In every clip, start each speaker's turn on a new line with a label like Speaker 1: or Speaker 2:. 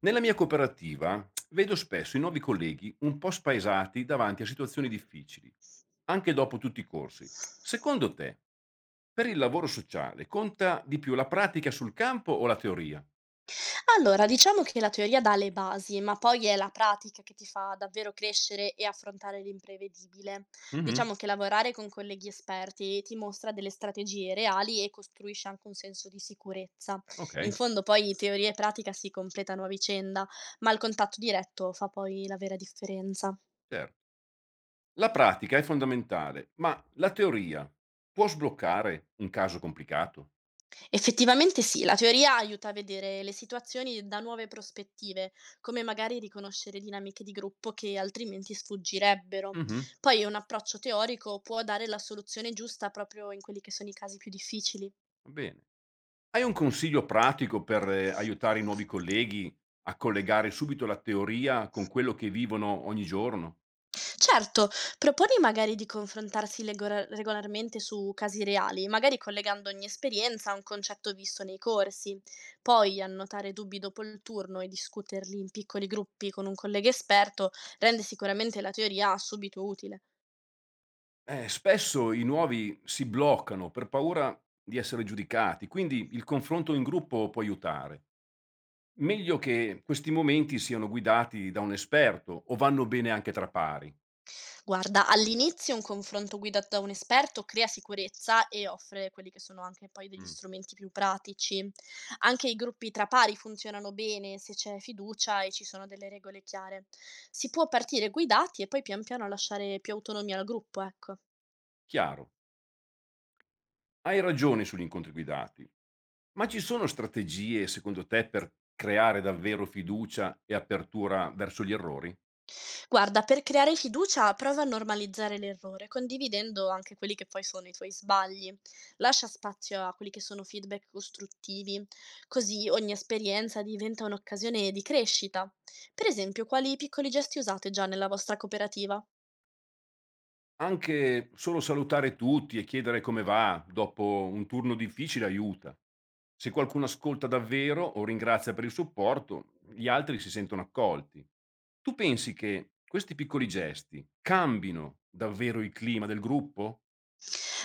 Speaker 1: Nella mia cooperativa vedo spesso i nuovi colleghi un po' spaesati davanti a situazioni difficili, anche dopo tutti i corsi. Secondo te, per il lavoro sociale conta di più la pratica sul campo o la teoria?
Speaker 2: Allora, diciamo che la teoria dà le basi, ma poi è la pratica che ti fa davvero crescere e affrontare l'imprevedibile.
Speaker 1: Mhm.
Speaker 2: Diciamo che lavorare con colleghi esperti ti mostra delle strategie reali e costruisce anche un senso di sicurezza.
Speaker 1: Ok,
Speaker 2: In fondo poi teoria e pratica si completano a vicenda, ma il contatto diretto fa poi la vera differenza.
Speaker 1: certo. La pratica è fondamentale, ma la teoria può sbloccare un caso complicato?
Speaker 2: Effettivamente sì, la teoria aiuta a vedere le situazioni da nuove prospettive, come magari riconoscere dinamiche di gruppo che altrimenti sfuggirebbero.
Speaker 1: Mhm.
Speaker 2: Poi un approccio teorico può dare la soluzione giusta proprio in quelli che sono i casi più difficili.
Speaker 1: Va bene. Hai un consiglio pratico per aiutare i nuovi colleghi a collegare subito la teoria con quello che vivono ogni giorno?
Speaker 2: Certo, proponi magari di confrontarsi regolarmente su casi reali, magari collegando ogni esperienza a un concetto visto nei corsi. Poi annotare dubbi dopo il turno e discuterli in piccoli gruppi con un collega esperto rende sicuramente la teoria subito utile.
Speaker 1: Spesso i nuovi si bloccano per paura di essere giudicati, quindi il confronto in gruppo può aiutare. Meglio che questi momenti siano guidati da un esperto o vanno bene anche tra pari.
Speaker 2: Guarda, all'inizio un confronto guidato da un esperto crea sicurezza e offre quelli che sono anche poi degli
Speaker 1: Mm.
Speaker 2: strumenti più pratici. Anche i gruppi tra pari funzionano bene se c'è fiducia e ci sono delle regole chiare. Si può partire guidati e poi pian piano lasciare più autonomia al gruppo, ecco.
Speaker 1: Chiaro, hai ragione sugli incontri guidati, ma ci sono strategie secondo te per creare davvero fiducia e apertura verso gli errori?
Speaker 2: Guarda, per creare fiducia prova a normalizzare l'errore, condividendo anche quelli che poi sono i tuoi sbagli. Lascia spazio a quelli che sono feedback costruttivi, così ogni esperienza diventa un'occasione di crescita. Per esempio, quali piccoli gesti usate già nella vostra cooperativa?
Speaker 1: Anche solo salutare tutti e chiedere come va dopo un turno difficile aiuta. Se qualcuno ascolta davvero o ringrazia per il supporto, gli altri si sentono accolti. Tu pensi che questi piccoli gesti cambino davvero il clima del gruppo?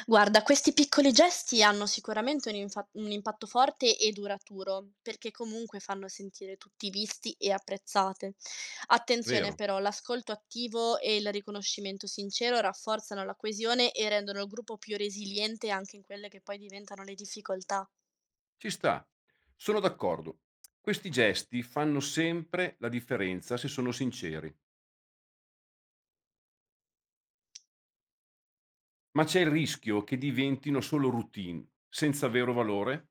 Speaker 2: Guarda, questi piccoli gesti hanno sicuramente un impatto forte e duraturo, perché comunque fanno sentire tutti visti e apprezzate. Attenzione
Speaker 1: Vero?
Speaker 2: però, l'ascolto attivo e il riconoscimento sincero rafforzano la coesione e rendono il gruppo più resiliente anche in quelle che poi diventano le difficoltà.
Speaker 1: Ci sta. Sono d'accordo. Questi gesti fanno sempre la differenza se sono sinceri. Ma c'è il rischio che diventino solo routine, senza vero valore?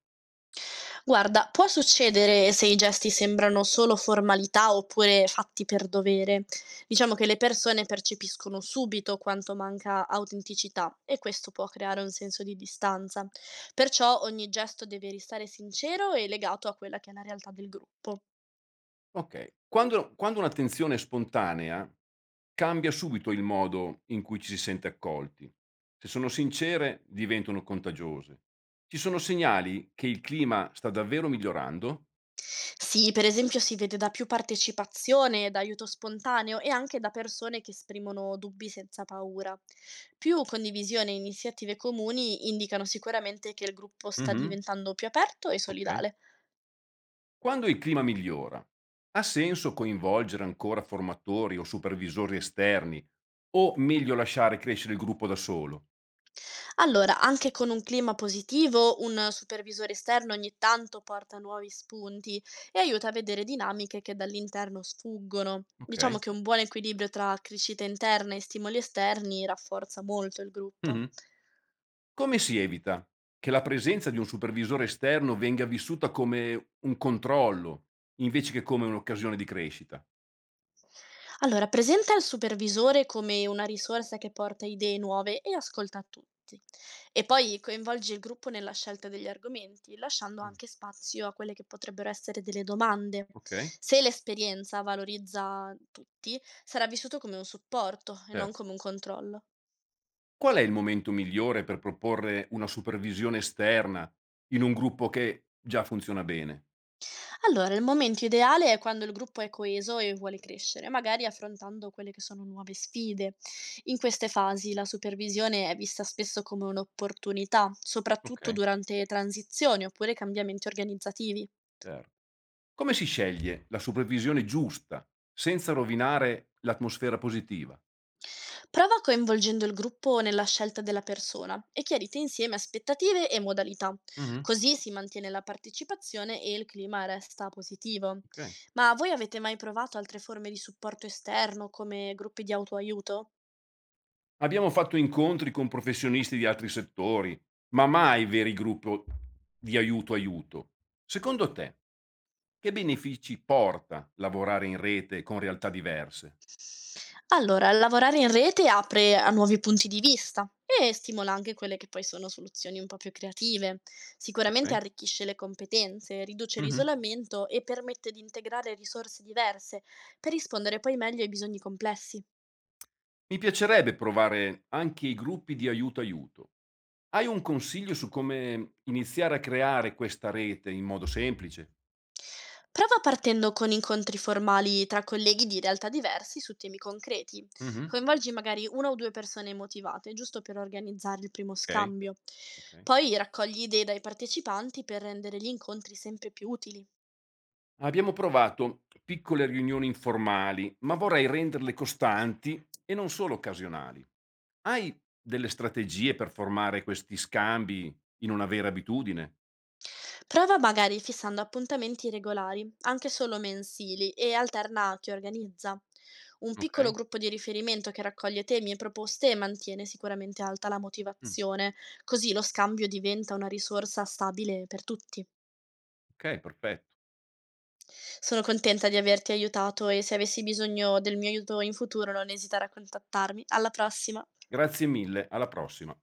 Speaker 2: Guarda, può succedere se i gesti sembrano solo formalità oppure fatti per dovere. Diciamo che le persone percepiscono subito quanto manca autenticità e questo può creare un senso di distanza. Perciò ogni gesto deve restare sincero e legato a quella che è la realtà del gruppo.
Speaker 1: Okay. Quando un'attenzione è spontanea, cambia subito il modo in cui ci si sente accolti. Se sono sincere, diventano contagiose. Ci sono segnali che il clima sta davvero migliorando?
Speaker 2: Sì, per esempio si vede da più partecipazione, da aiuto spontaneo e anche da persone che esprimono dubbi senza paura. Più condivisione e iniziative comuni indicano sicuramente che il gruppo sta
Speaker 1: Mh-mh.
Speaker 2: diventando più aperto e
Speaker 1: Okay.
Speaker 2: solidale.
Speaker 1: Quando il clima migliora, ha senso coinvolgere ancora formatori o supervisori esterni o meglio lasciare crescere il gruppo da solo?
Speaker 2: Allora, anche con un clima positivo, un supervisore esterno ogni tanto porta nuovi spunti e aiuta a vedere dinamiche che dall'interno sfuggono. Diciamo
Speaker 1: Okay.
Speaker 2: che un buon equilibrio tra crescita interna e stimoli esterni rafforza molto il gruppo.
Speaker 1: Mh-mh. Come si evita che la presenza di un supervisore esterno venga vissuta come un controllo, invece che come un'occasione di crescita?
Speaker 2: Allora, presenta il supervisore come una risorsa che porta idee nuove e ascolta tutti. E poi coinvolge il gruppo nella scelta degli argomenti, lasciando
Speaker 1: Mh,
Speaker 2: anche spazio a quelle che potrebbero essere delle domande.
Speaker 1: okay,
Speaker 2: Se l'esperienza valorizza tutti, sarà vissuto come un supporto e non
Speaker 1: certo.
Speaker 2: come un controllo.
Speaker 1: Qual è il momento migliore per proporre una supervisione esterna in un gruppo che già funziona bene?
Speaker 2: Allora, il momento ideale è quando il gruppo è coeso e vuole crescere, magari affrontando quelle che sono nuove sfide. In queste fasi la supervisione è vista spesso come un'opportunità, soprattutto
Speaker 1: Okay,
Speaker 2: durante transizioni oppure cambiamenti organizzativi.
Speaker 1: cer Come si sceglie la supervisione giusta senza rovinare l'atmosfera positiva?
Speaker 2: Prova coinvolgendo il gruppo nella scelta della persona e chiarite insieme aspettative e modalità.
Speaker 1: Mh-mh,
Speaker 2: Così si mantiene la partecipazione e il clima resta positivo.
Speaker 1: okay.
Speaker 2: Ma voi avete mai provato altre forme di supporto esterno come gruppi di autoaiuto?
Speaker 1: Abbiamo fatto incontri con professionisti di altri settori, ma mai veri gruppo di aiuto aiuto. Secondo te, che benefici porta lavorare in rete con realtà diverse?
Speaker 2: Allora, lavorare in rete apre a nuovi punti di vista e stimola anche quelle che poi sono soluzioni un po' più creative. Sicuramente
Speaker 1: Okay.
Speaker 2: arricchisce le competenze, riduce
Speaker 1: Mh-mh.
Speaker 2: l'isolamento e permette di integrare risorse diverse per rispondere poi meglio ai bisogni complessi.
Speaker 1: Mi piacerebbe provare anche i gruppi di aiuto aiuto. Hai un consiglio su come iniziare a creare questa rete in modo semplice?
Speaker 2: Prova partendo con incontri formali tra colleghi di realtà diversi su temi concreti.
Speaker 1: Mh-mh.
Speaker 2: Coinvolgi magari una o due persone motivate, giusto per organizzare il primo
Speaker 1: Okay,
Speaker 2: scambio.
Speaker 1: okay.
Speaker 2: Poi raccogli idee dai partecipanti per rendere gli incontri sempre più utili.
Speaker 1: Abbiamo provato piccole riunioni informali, ma vorrei renderle costanti e non solo occasionali. Hai delle strategie per formare questi scambi in una vera abitudine?
Speaker 2: Prova magari fissando appuntamenti regolari, anche solo mensili, e alterna a chi organizza. Un piccolo
Speaker 1: Ok.
Speaker 2: gruppo di riferimento che raccoglie temi e proposte mantiene sicuramente alta la
Speaker 1: Mm.
Speaker 2: motivazione, così lo scambio diventa una risorsa stabile per tutti.
Speaker 1: Ok, perfetto.
Speaker 2: Sono contenta di averti aiutato e se avessi bisogno del mio aiuto in futuro non esitare a contattarmi. Alla prossima!
Speaker 1: Grazie mille, alla prossima.